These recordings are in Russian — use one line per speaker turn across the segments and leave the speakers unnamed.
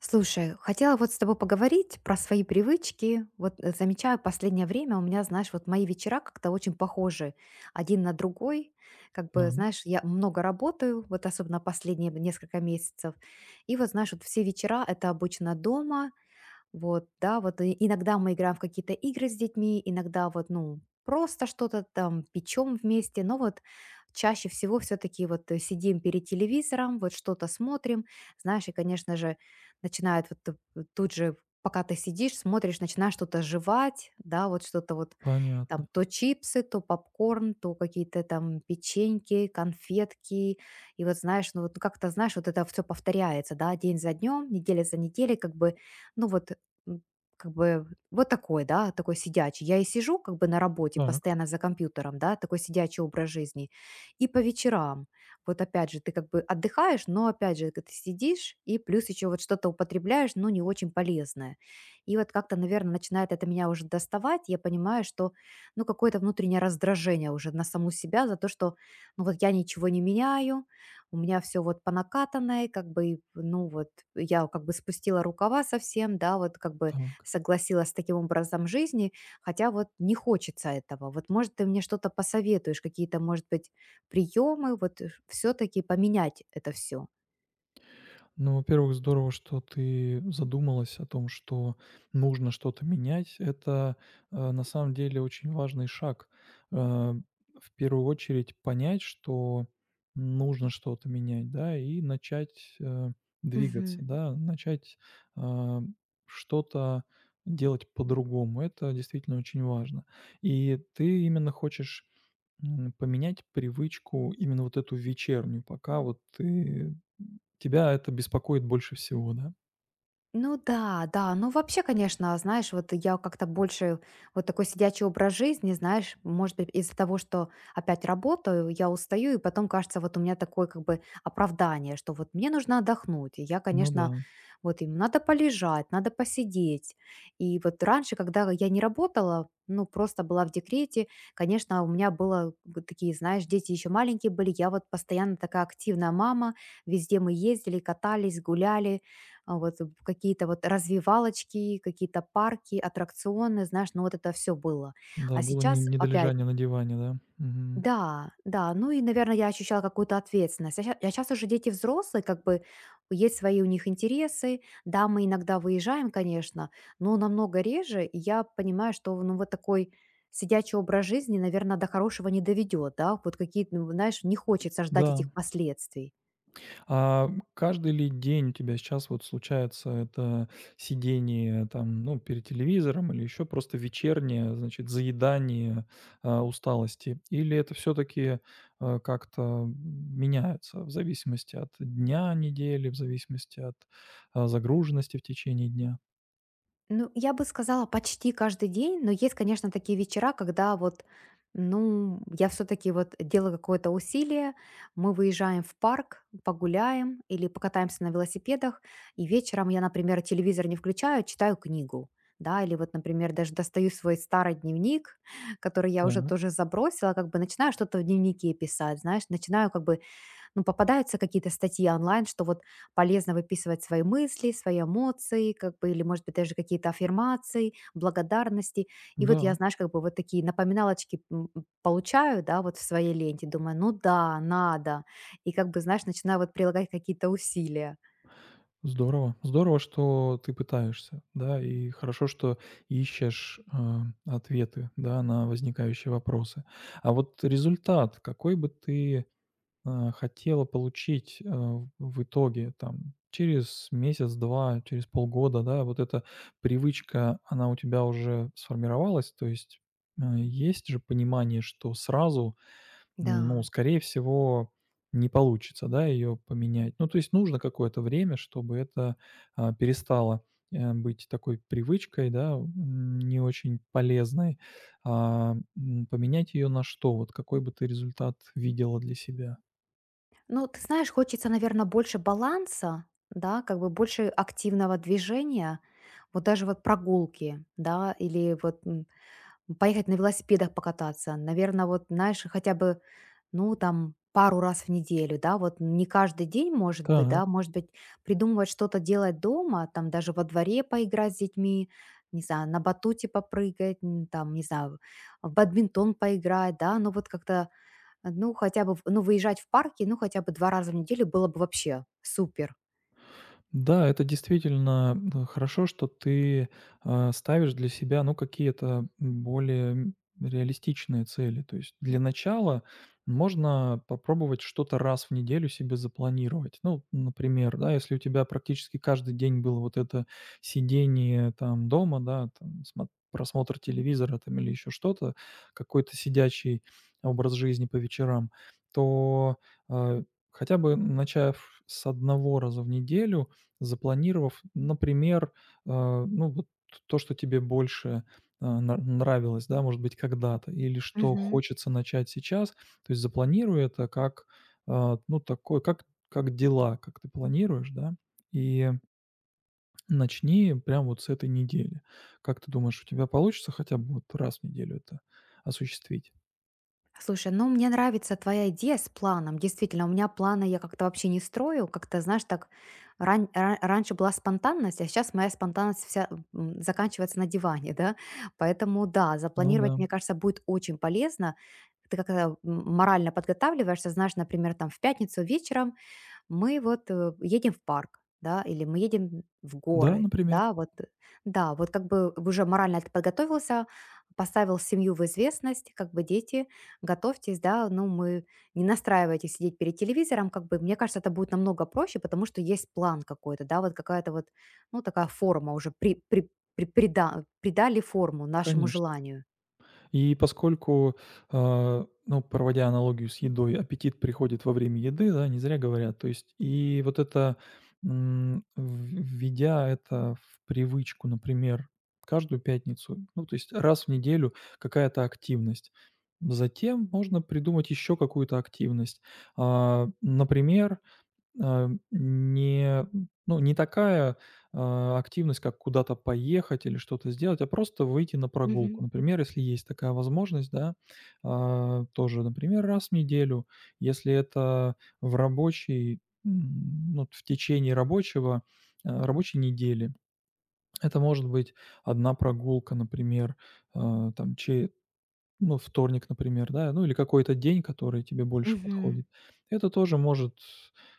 Слушай, хотела вот с тобой поговорить про свои привычки. Вот замечаю последнее время у меня, знаешь, вот мои вечера как-то очень похожи один на другой. Как бы,
Так,
знаешь, я много работаю, вот особенно последние несколько месяцев. И вот, знаешь, вот все вечера это обычно дома, вот, да, вот и иногда мы играем в какие-то игры с детьми, иногда вот, ну, просто что-то там печем вместе, но вот чаще всего все-таки вот сидим перед телевизором, вот что-то смотрим, знаешь, и, конечно же, начинает вот вот тут же, пока ты сидишь, смотришь, начинаешь что-то жевать, да, вот что-то вот
понятно.
там то чипсы, то попкорн, то какие-то там печеньки, конфетки, и вот знаешь, ну вот как-то знаешь, вот это все повторяется, да, день за днем, неделя за неделей, как бы, ну вот м, как бы вот такой, да, такой сидячий. Я и сижу как бы на работе
Так,
постоянно за компьютером, да, такой сидячий образ жизни. И по вечерам, вот опять же, ты как бы отдыхаешь, но опять же, ты сидишь и плюс еще вот что-то употребляешь, но не очень полезное. И вот как-то, наверное, начинает это меня уже доставать. Я понимаю, что, ну, какое-то внутреннее раздражение уже на саму себя за то, что, ну, вот я ничего не меняю, у меня все вот по накатанной, как бы, и, ну, вот я как бы спустила рукава совсем, да, вот как бы
так.
согласилась с таким образом жизни, хотя вот не хочется этого. Вот, может, ты мне что-то посоветуешь, какие-то, может быть, приемы, вот, все таки поменять это все.
Ну, во-первых, здорово, что ты задумалась о том, что нужно что-то менять. Это на самом деле очень важный шаг. Э, в первую очередь понять, что нужно что-то менять, да, и начать двигаться, да, начать э, что-то делать по-другому. Это действительно очень важно. И ты именно хочешь поменять привычку, именно вот эту вечернюю, пока вот ты тебя это беспокоит больше всего, да?
Ну да, да. Ну, вообще, конечно, знаешь, вот я как-то больше вот такой сидячий образ жизни, знаешь, может быть, из-за того, что опять работаю, я устаю, и потом кажется, вот у меня такое как бы оправдание, что вот мне нужно отдохнуть, и я,
Ну да,
конечно, вот им надо полежать, надо посидеть. И вот раньше, когда я не работала, ну, просто была в декрете, конечно, у меня было вот такие, знаешь, дети еще маленькие были, я вот постоянно такая активная мама, везде мы ездили, катались, гуляли, а вот в какие-то вот развивалочки, какие-то парки, аттракционы, знаешь, ну вот это все было.
да,
А
было не
сейчас опять,
недолежание на диване, да? Мгм.
да, да, ну и, наверное, я ощущала какую-то ответственность. А сейчас уже дети взрослые, как бы есть свои у них интересы. Да, мы иногда выезжаем, конечно, но намного реже. И я понимаю, что ну вот такой сидячий образ жизни, наверное, до хорошего не доведет, да, вот какие-то, ну, знаешь, не хочется ждать
Да.
этих последствий.
А каждый ли день у тебя сейчас вот случается это сидение там, ну, перед телевизором или еще просто вечернее, значит, заедание усталости? Или это все-таки как-то меняется в зависимости от дня недели, в зависимости от загруженности в течение дня?
Ну, я бы сказала, почти каждый день, но есть, конечно, такие вечера, когда вот, ну, я все-таки вот делаю какое-то усилие, мы выезжаем в парк, погуляем или покатаемся на велосипедах, и вечером я, например, телевизор не включаю, а читаю книгу, да, или вот, например, даже достаю свой старый дневник, который я уже
Так,
тоже забросила, как бы начинаю что-то в дневнике писать, знаешь, начинаю как бы ну, попадаются какие-то статьи онлайн, что вот полезно выписывать свои мысли, свои эмоции, как бы, или, может быть, даже какие-то аффирмации, благодарности. И вот я,
да.
знаешь, как бы вот такие напоминалочки получаю, да, вот в своей ленте, думаю, ну да, надо. И как бы, знаешь, начинаю вот прилагать какие-то усилия.
Здорово. Здорово, что ты пытаешься, да, и хорошо, что ищешь, ответы, да, на возникающие вопросы. А вот результат, какой бы ты хотела получить, э, в итоге там через месяц-два, через полгода, да, вот эта привычка, она у тебя уже сформировалась, то есть, есть же понимание, что сразу, ну,
Да.
скорее всего, не получится, да, ее поменять. Ну, то есть нужно какое-то время, чтобы это, перестало, быть такой привычкой, да, не очень полезной. Поменять ее на что? Вот какой бы ты результат видела для себя?
Ну, ты знаешь, хочется, наверное, больше баланса, да, как бы больше активного движения, вот даже вот прогулки, да, или вот поехать на велосипедах покататься, наверное, вот, знаешь, хотя бы, ну, там, пару раз в неделю, да, вот не каждый день, может быть,
Так.
да, может быть, придумывать что-то делать дома, там, даже во дворе поиграть с детьми, не знаю, на батуте попрыгать, там, не знаю, в бадминтон поиграть, да, ну, вот как-то, ну, хотя бы, в ну, выезжать в парки, ну, хотя бы 2 раза в неделю было бы вообще супер.
Да, это действительно, хорошо, что ты, ставишь для себя, ну, какие-то более, реалистичные цели. То есть для начала можно попробовать что-то раз в неделю себе запланировать. Ну, например, да, если у тебя практически каждый день было вот это сидение там дома, да, там смо просмотр телевизора там или еще что-то, какой-то сидячий образ жизни по вечерам, то, а, хотя бы начав с одного раза в неделю, запланировав, например, ну, вот то, что тебе больше, а, на нравилось, да, может быть, когда-то, или что
Мгм.
хочется начать сейчас. То есть запланируй это как, ну, такое, как дела, как ты планируешь, да, и начни прям вот с этой недели. Как ты думаешь, у тебя получится хотя бы вот раз в неделю это осуществить?
Слушай, ну мне нравится твоя идея с планом. Действительно, у меня планы я как-то вообще не строю. Как-то, знаешь, так раньше была спонтанность, а сейчас моя спонтанность вся заканчивается на диване, да. Поэтому да,
Ну
запланировать,
да.
мне кажется, будет очень полезно. Ты как-то морально подготавливаешься, знаешь, например, там в пятницу вечером мы вот едем в парк, да, или мы едем в
Да,
горы,
например,
да, вот, да, вот как бы уже морально ты подготовился, поставил семью в известность, как бы дети, готовьтесь, да, ну мы не настраивайтесь сидеть перед телевизором, как бы, мне кажется, это будет намного проще, потому что есть план какой-то, да, вот какая-то вот, ну такая форма уже, придали форму нашему
конечно.
желанию.
И поскольку, ну, проводя аналогию с едой, аппетит приходит во время еды, да, не зря говорят. То есть и вот это, м, в введя это в привычку, например, каждую пятницу, ну, то есть раз в неделю какая-то активность. Затем можно придумать еще какую-то активность. Например, а, не, ну, не такая, активность, как куда-то поехать или что-то сделать, а просто выйти на прогулку.
Мгм.
Например, если есть такая возможность, да, тоже, например, раз в неделю. Если это в рабочий, ну, в течение рабочего, рабочей недели. Это может быть одна прогулка, например, а, там че ну, вторник, например, да, ну или какой-то день, который тебе больше
Мгм.
подходит. Это тоже может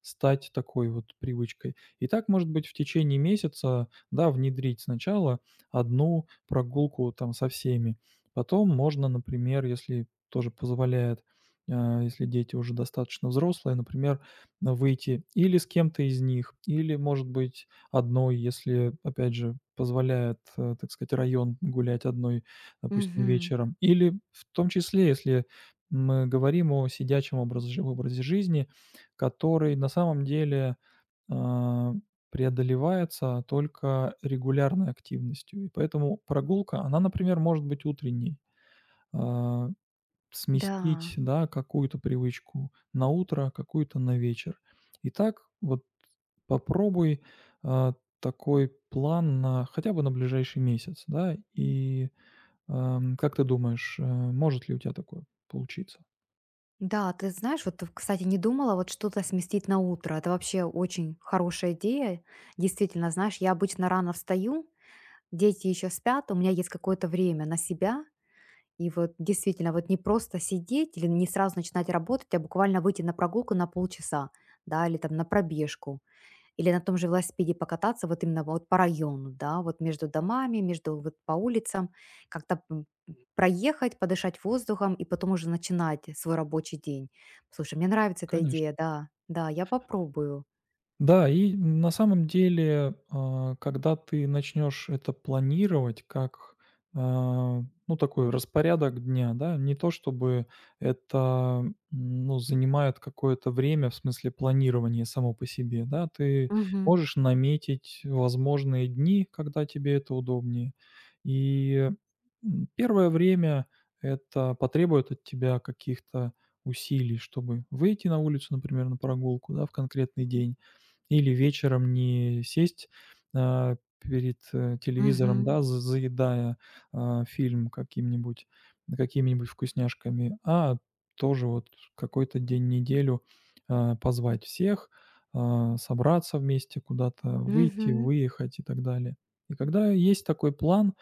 стать такой вот привычкой. И так, может быть, в течение месяца, да, внедрить сначала одну прогулку там со всеми. Потом можно, например, если тоже позволяет, если дети уже достаточно взрослые, например, выйти или с кем-то из них, или, может быть, одной, если, опять же, позволяет, так сказать, район гулять одной, допустим,
Мгм.
вечером. Или в том числе, если мы говорим о сидячем образе жизни, который на самом деле, а, преодолевается только регулярной активностью. И поэтому прогулка, она, например, может быть утренней. А, Сместить,
Да.
да, какую-то привычку на утро, какую-то на вечер. И так вот попробуй, а, такой план на хотя бы на ближайший месяц, да. Как ты думаешь, может ли у тебя такое получиться?
Да, ты знаешь, вот, кстати, не думала вот что-то сместить на утро. Это вообще очень хорошая идея. Действительно, знаешь, я обычно рано встаю, дети еще спят, у меня есть какое-то время на себя. И вот действительно, вот не просто сидеть или не сразу начинать работать, а буквально выйти на прогулку на полчаса, да, или там на пробежку. Или на том же велосипеде покататься вот именно вот по району, да, вот между домами, между вот по улицам, как-то проехать, подышать воздухом и потом уже начинать свой рабочий день. Слушай, мне нравится эта
Конечно.
идея, да, да, я попробую.
Да, и на самом деле, когда ты начнешь это планировать как, ну, такой распорядок дня, да, не то чтобы это, ну, занимает какое-то время, в смысле планирования само по себе, да, ты
Мгм,
можешь наметить возможные дни, когда тебе это удобнее. И Первое время это потребует от тебя каких-то усилий, чтобы выйти на улицу, например, на прогулку, да, в конкретный день или вечером не сесть, телевизором,
мгм,
да, за заедая, фильм каким-нибудь какими-нибудь вкусняшками, тоже вот какой-то день в неделю, позвать всех, собраться вместе куда-то, выйти,
мгм,
выехать и так далее. И когда есть такой план,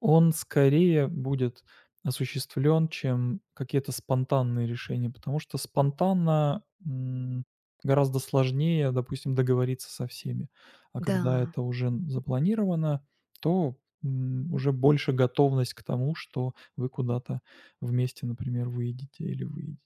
он скорее будет осуществлен, чем какие-то спонтанные решения, потому что спонтанно, гораздо сложнее, допустим, договориться со всеми. А когда
да.
это уже н запланировано, то, уже больше готовность к тому, что вы куда-то вместе, например, выедете или выедете.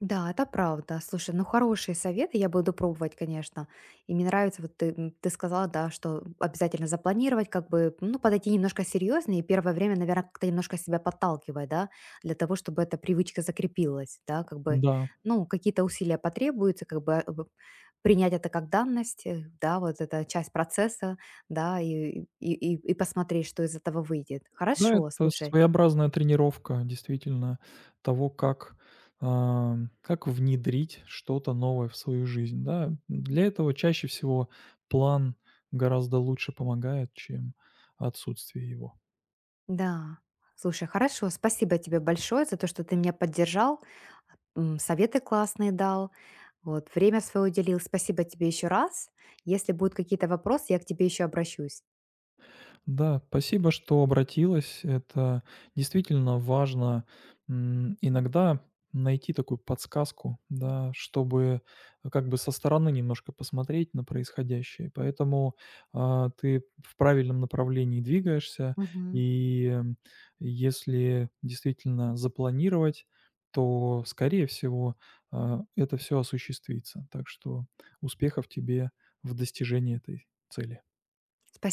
Да, это правда. Слушай, ну хорошие советы, я буду пробовать, конечно. И мне нравится, вот ты, ты сказала, да, что обязательно запланировать, как бы, ну, подойти немножко серьезнее, и первое время, наверное, как-то немножко себя подталкивать, да, для того, чтобы эта привычка закрепилась, да, как бы,
Да.
ну, какие-то усилия потребуются, как бы принять это как данность, да, вот это часть процесса, да, и посмотреть, что из этого выйдет.
Да,
Хорошо,
это
слушай.
своеобразная тренировка, действительно, того, как, как внедрить что-то новое в свою жизнь, да. Для этого чаще всего план гораздо лучше помогает, чем отсутствие его.
Да. Слушай, хорошо. Спасибо тебе большое за то, что ты меня поддержал, советы классные дал, вот, время свое уделил. Спасибо тебе еще раз. Если будут какие-то вопросы, я к тебе еще обращусь.
Да, спасибо, что обратилась. Это действительно важно, иногда найти такую подсказку, да, чтобы как бы со стороны немножко посмотреть на происходящее. Поэтому, ты в правильном направлении двигаешься,
Мгм.
и м, если действительно запланировать, то, скорее всего, это все осуществится. Так что успехов тебе в достижении этой цели.
Спасибо.